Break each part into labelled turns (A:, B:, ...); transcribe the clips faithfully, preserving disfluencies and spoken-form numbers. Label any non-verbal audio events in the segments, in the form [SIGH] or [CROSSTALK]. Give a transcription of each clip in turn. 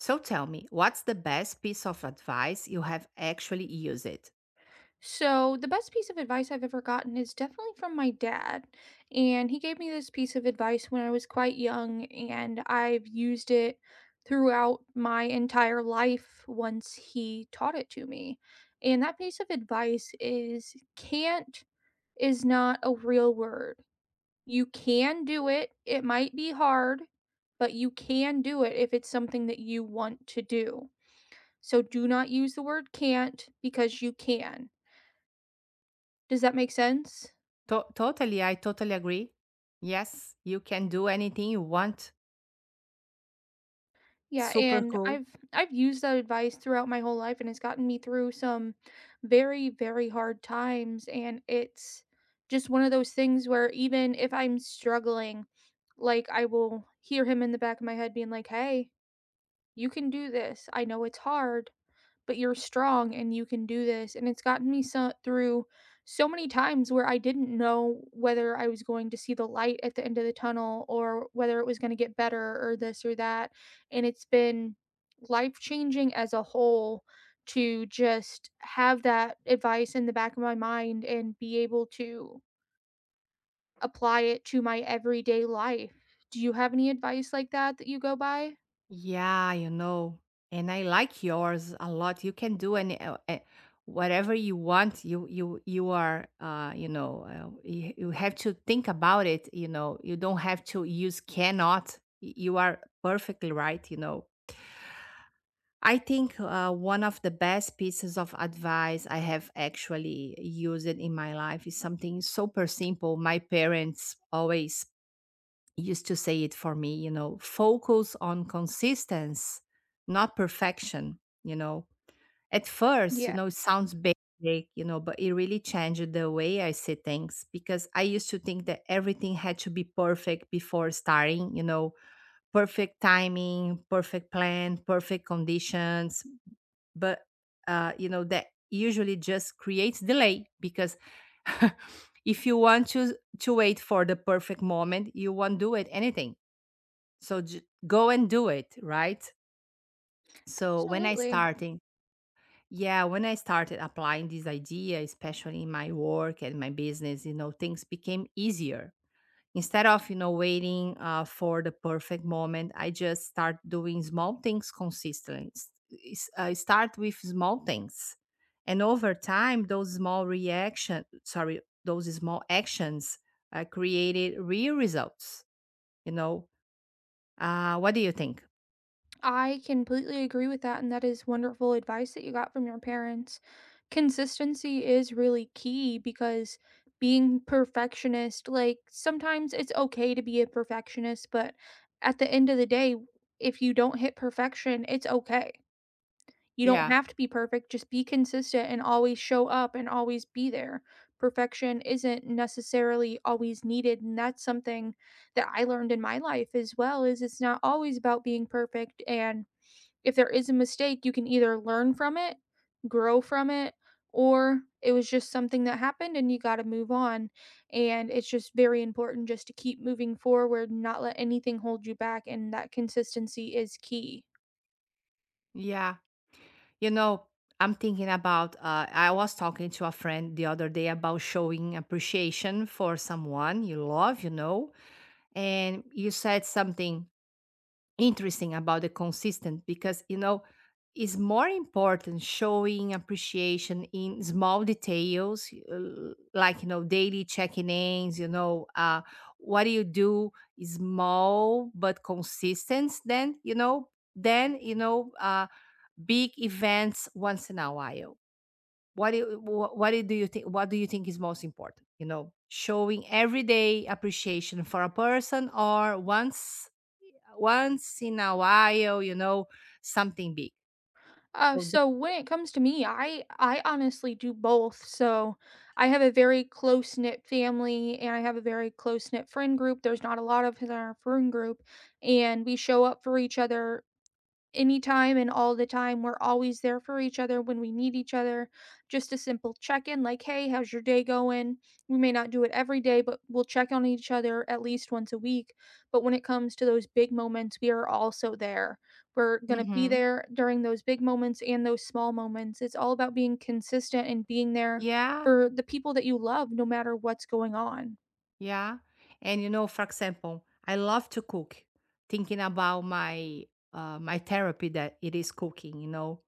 A: So tell me, what's the best piece of advice you have actually used it?
B: So, the best piece of advice I've ever gotten is definitely from my dad. And he gave me this piece of advice when I was quite young, and I've used it throughout my entire life once he taught it to me. And that piece of advice is can't is not a real word. You can do it, it might be hard, but you can do it if it's something that you want to do. So, do not use the word can't because you can. Does that make sense?
A: To- totally, I totally agree. Yes, you can do anything you want.
B: Yeah,
A: Super
B: and
A: cool.
B: I've I've used that advice throughout my whole life, and it's gotten me through some very, very hard times, and it's just one of those things where even if I'm struggling, like, I will hear him in the back of my head being like, "Hey, you can do this. I know it's hard, but you're strong and you can do this." And it's gotten me so through so many times where I didn't know whether I was going to see the light at the end of the tunnel or whether it was going to get better or this or that. And it's been life changing as a whole to just have that advice in the back of my mind and be able to apply it to my everyday life. Do you have any advice like that that you go by?
A: Yeah, you know. And I like yours a lot. You can do any uh, uh, whatever you want. You you you are uh, you know, uh, you, you have to think about it, you know. You don't have to use cannot. Y- You are perfectly right, you know. I think uh, one of the best pieces of advice I have actually used in my life is something super simple. My parents always used to say it for me, you know, focus on consistency, not perfection. You know, at first, you know, it
B: Yes,
A: sounds basic, you know, but it really changed the way I see things because I used to think that everything had to be perfect before starting, you know, perfect timing, perfect plan, perfect conditions but uh, you know that usually just creates delay because [LAUGHS] if you want to to wait for the perfect moment you won't do it anything, so j- go and do it right. So when I
B: absolutely.
A: starting yeah, when I started applying this idea, especially in my work and my business, you know things became easier. Instead of, you know, waiting uh, for the perfect moment, I just start doing small things consistently. S- is- I start with small things. And over time, those small reaction, sorry, those small actions uh, created real results. You know, uh, what do you think?
B: I completely agree with that, and that is wonderful advice that you got from your parents. Consistency is really key because being perfectionist, like sometimes it's okay to be a perfectionist, but at the end of the day, if you don't hit perfection, it's okay. You don't
A: Yeah.
B: have to be perfect, just be consistent and always show up and always be there. Perfection isn't necessarily always needed, and that's something that I learned in my life as well is it's not always about being perfect, and if there is a mistake, you can either learn from it, grow from it, or it was just something that happened and you got to move on. And it's just very important just to keep moving forward, not let anything hold you back. And that consistency is key.
A: Yeah. You know, I'm thinking about, uh, I was talking to a friend the other day about showing appreciation for someone you love, you know, and you said something interesting about the consistent because you know it's more important showing appreciation in small details uh, like you know daily checking ins, you know uh, what do you do is small but consistent, then you know then you know uh, big events once in a while. What do you, wh- what do you think, what do you think is most important, you know showing everyday appreciation for a person or once once in a while, you know, something big.
B: Uh,
A: So th-
B: so when it comes to me, I I honestly do both. So I have a very close knit family, and I have a very close knit friend group. There's not a lot of us in our friend group, and we show up for each other anytime and all the time. We're always there for each other when we need each other. Just a simple check in, like, hey, how's your day going? We may not do it every day, but we'll check on each other at least once a week. But when it comes to those big moments, we are also there. We're going to be
A: Mhm.
B: there during those big moments and those small moments. It's all about being consistent and being there
A: Yeah,
B: for the people that you love, no matter what's going on.
A: yeah. And you know, for example, I love to cook, thinking about my uh, my therapy that it is cooking, you know.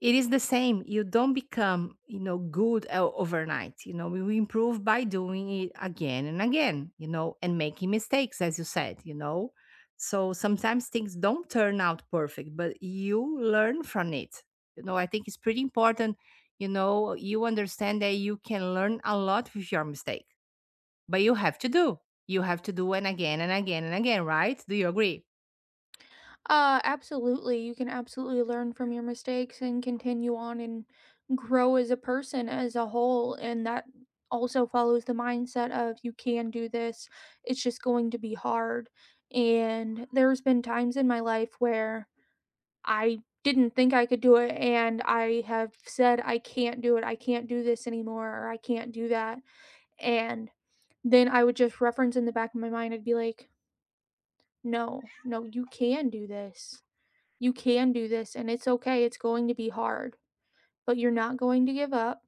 A: It is the same. You don't become, you know, good o- overnight. You know, you improve by doing it again and again, you know, and making mistakes, as you said, you know. So sometimes things don't turn out perfect, but you learn from it. You know, I think it's pretty important, you know, you understand that you can learn a lot with your mistake, but you have to do. You have to do it again and again and again, right? Do you agree?
B: Uh, absolutely. You can absolutely learn from your mistakes and continue on and grow as a person as a whole. And that also follows the mindset of you can do this, it's just going to be hard. And there's been times in my life where I didn't think I could do it, and I have said, I can't do it, I can't do this anymore, or I can't do that. And then I would just reference in the back of my mind, I'd be like, no, no, you can do this, you can do this, and it's okay. It's going to be hard, but you're not going to give up.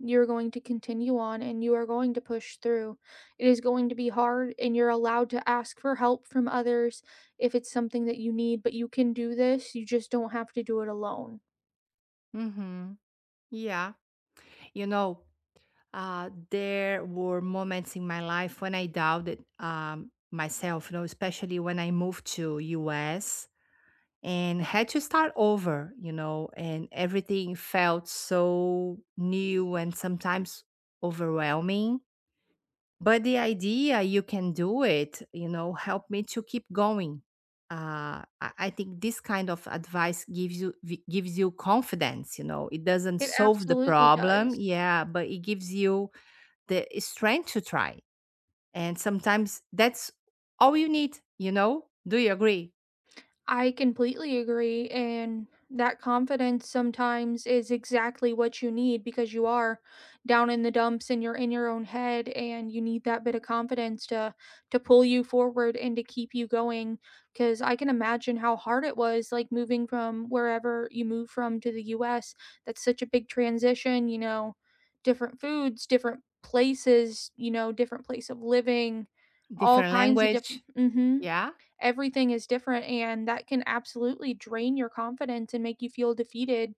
B: You're going to continue on and you are going to push through. It is going to be hard and you're allowed to ask for help from others if it's something that you need, but you can do this. You just don't have to do it alone.
A: Mm-hmm. Yeah. You know, uh, there were moments in my life when I doubted um, myself, you know, especially when I moved to U S and had to start over, you know, and everything felt so new and sometimes overwhelming. But the idea you can do it, you know, helped me to keep going. Uh, I I think this kind of advice gives you v- gives you confidence. You know, it doesn't
B: It
A: solve the
B: absolutely
A: problem,
B: does.
A: yeah, but it gives you the strength to try. And sometimes that's all you need, you know? Do you agree?
B: I completely agree. And that confidence sometimes is exactly what you need because you are down in the dumps and you're in your own head and you need that bit of confidence to to pull you forward and to keep you going cuz I can imagine how hard it was, like moving from wherever you moved from to the U S. That's such a big transition, you know, different foods, different places, you know, different place of living, all
A: Different
B: kinds of
A: language.
B: different. Mhm.
A: Yeah.
B: Everything is different and that can absolutely drain your confidence and make you feel defeated,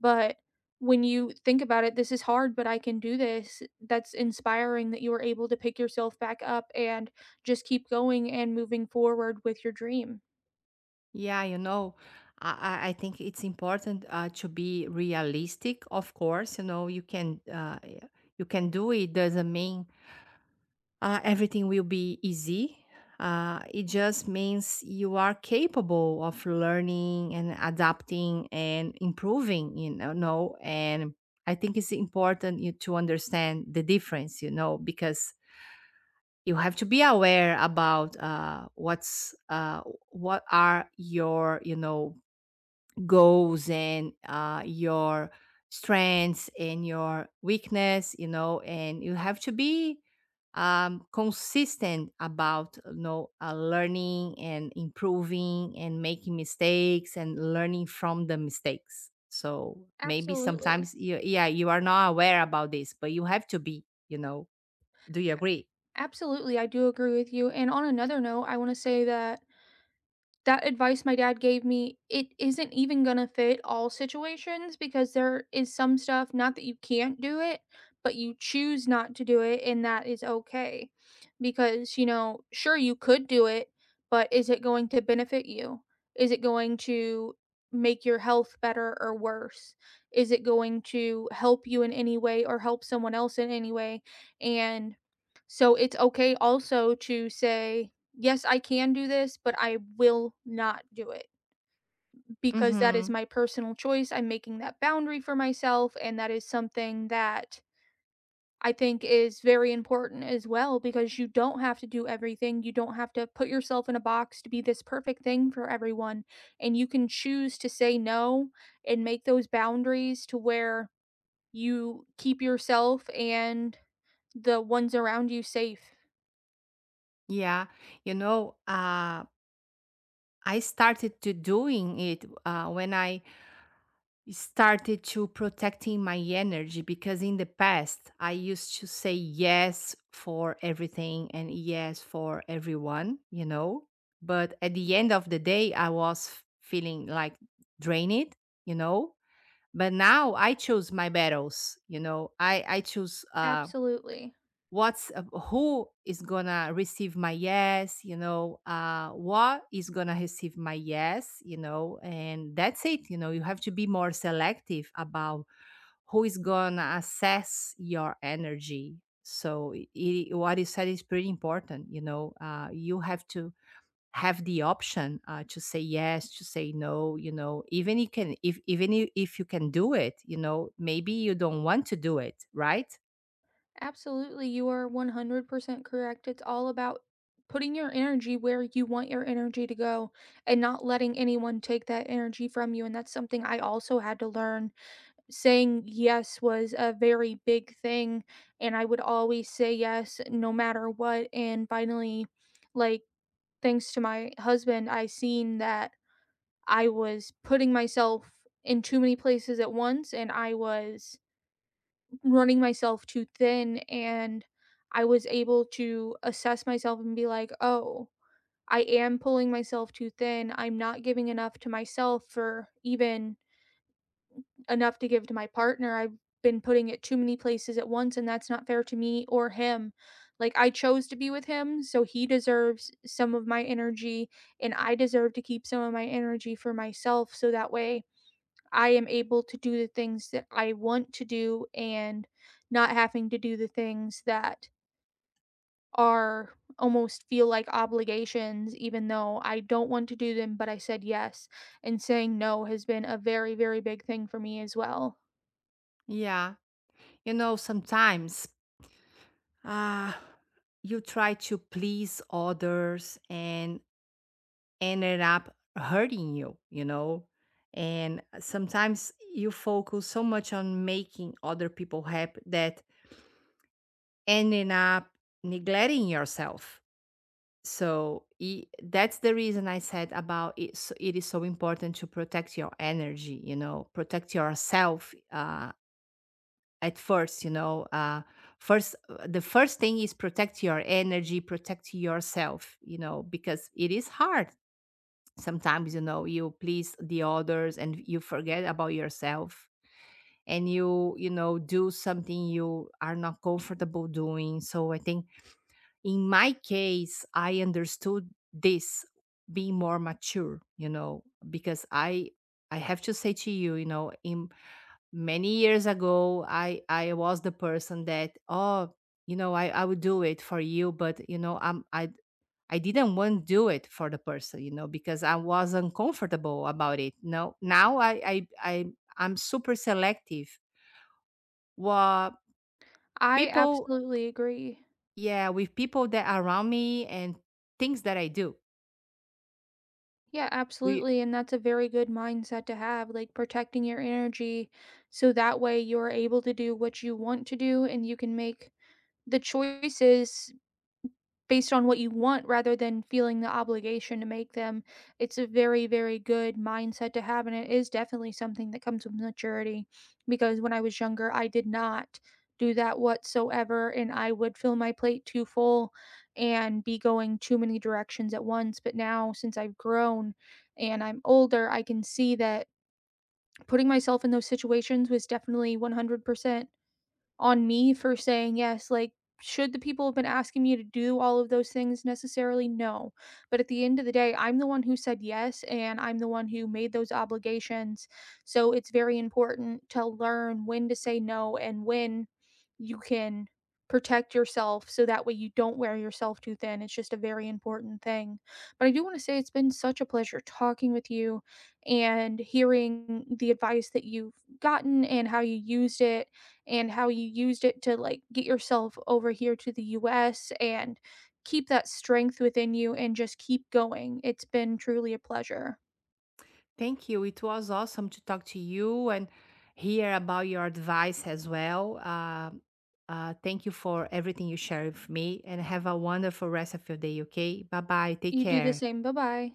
B: but when you think about it, this is hard but I can do this. That's inspiring that you were able to pick yourself back up and just keep going and moving forward with your dream.
A: Yeah, you know. I, I I think it's important uh, to be realistic, of course. You know, you can uh, y- you can do it doesn't mean uh, everything will be easy. Uh, it just means you are capable of learning and adapting and improving, you know. know, And I think it's important you to understand the difference, you know, because you have to be aware about uh, what's uh, what are your you know goals and uh, your strengths and your weakness, you know and you have to be um, consistent about you know uh, learning and improving and making mistakes and learning from the mistakes. So maybe
B: Absolutely.
A: sometimes you, yeah, you are not aware about this but you have to be, you know do you agree?
B: Absolutely, I do agree with you, and on another note, I want to say that that advice my dad gave me, it isn't even gonna fit all situations because there is some stuff, not that you can't do it, but you choose not to do it, and that is okay. Because, you know, sure, you could do it, but is it going to benefit you? Is it going to make your health better or worse? Is it going to help you in any way or help someone else in any way? And so it's okay also to say, yes, I can do this, but I will not do it because that is
A: Mm-hmm.
B: my personal choice. I'm making that boundary for myself. And that is something that I think is very important as well because you don't have to do everything. You don't have to put yourself in a box to be this perfect thing for everyone. And you can choose to say no and make those boundaries to where you keep yourself and the ones around you safe.
A: Yeah, you know uh, I started to doing it uh, when I started to protecting my energy, because in the past I used to say yes for everything and yes for everyone, you know. But at the end of the day, I was f- feeling like drained, you know. But now I choose my battles, you know. I I choose. Um,
B: Absolutely.
A: what's uh, who is gonna receive my yes, you know uh what is gonna receive my yes, you know and that's it, you know you have to be more selective about who is gonna assess your energy. So i i- what you said is pretty important, you know uh you have to have the option uh, to say yes, to say no, you know even you can, if even you- if you can do it, you know maybe you don't want to do it, right?
B: Absolutely, you are one hundred percent correct. It's all about putting your energy where you want your energy to go and not letting anyone take that energy from you. And that's something I also had to learn. Saying yes was a very big thing. And I would always say yes no matter what. And finally, like, thanks to my husband, I seen that I was putting myself in too many places at once and I was running myself too thin and I was able to assess myself and be like, "Oh, I am pulling myself too thin. I'm not giving enough to myself, for even enough to give to my partner. I've been putting it too many places at once and that's not fair to me or him. Like I chose to be with him, so he deserves some of my energy and I deserve to keep some of my energy for myself so that way I am able to do the things that I want to do and not having to do the things that are almost feel like obligations, even though I don't want to do them, but I said yes. And saying no has been a very, very big thing for me as well.
A: Yeah. You know, sometimes uh, you try to please others and ended up hurting you, you know? And sometimes you focus so much on making other people happy that ending up neglecting yourself. So i- that's the reason I said about it. So it is so important to protect your energy, you know, protect yourself. Uh, at first you know uh first uh, The first thing is protect your energy, protect yourself, you know because it is hard sometimes, you know you please the others and you forget about yourself and you you know do something you are not comfortable doing. So I think in my case I understood this being more mature, you know because i i have to say to you, you know in many years ago i i was the person that, oh, you know i i would do it for you but, you know i'm i i didn't want to do it for the person, you know because I was uncomfortable about it. No, now i i, I I'm super selective. What
B: I
A: people?
B: absolutely agree.
A: Yeah, with people that are around me and things that I do.
B: Yeah,
A: Do you?
B: absolutely. And that's a very good mindset to have, like protecting your energy. So that way you're able to do what you want to do and you can make the choices based on what you want rather than feeling the obligation to make them. It's a very, very good mindset to have, and it is definitely something that comes with maturity because when I was younger, I did not do that whatsoever, and I would fill my plate too full and be going too many directions at once. But now, since I've grown and I'm older, I can see that putting myself in those situations was definitely one hundred percent on me for saying yes. Like, should the people have been asking me to do all of those things necessarily? No. But at the end of the day, I'm the one who said yes and I'm the one who made those obligations. So it's very important to learn when to say no and when you can protect yourself so that way you don't wear yourself too thin. It's just a very important thing. But I do want to say it's been such a pleasure talking with you and hearing the advice that you've gotten and how you used it and how you used it to like get yourself over here to the U S and keep that strength within you and just keep going. It's been truly a pleasure.
A: Thank you. It was awesome to talk to you and hear about your advice as well. Uh, uh, thank you for everything you share with me and have a wonderful rest of your day, okay? Bye bye. Take
B: You do the
A: care.
B: same. Bye-bye.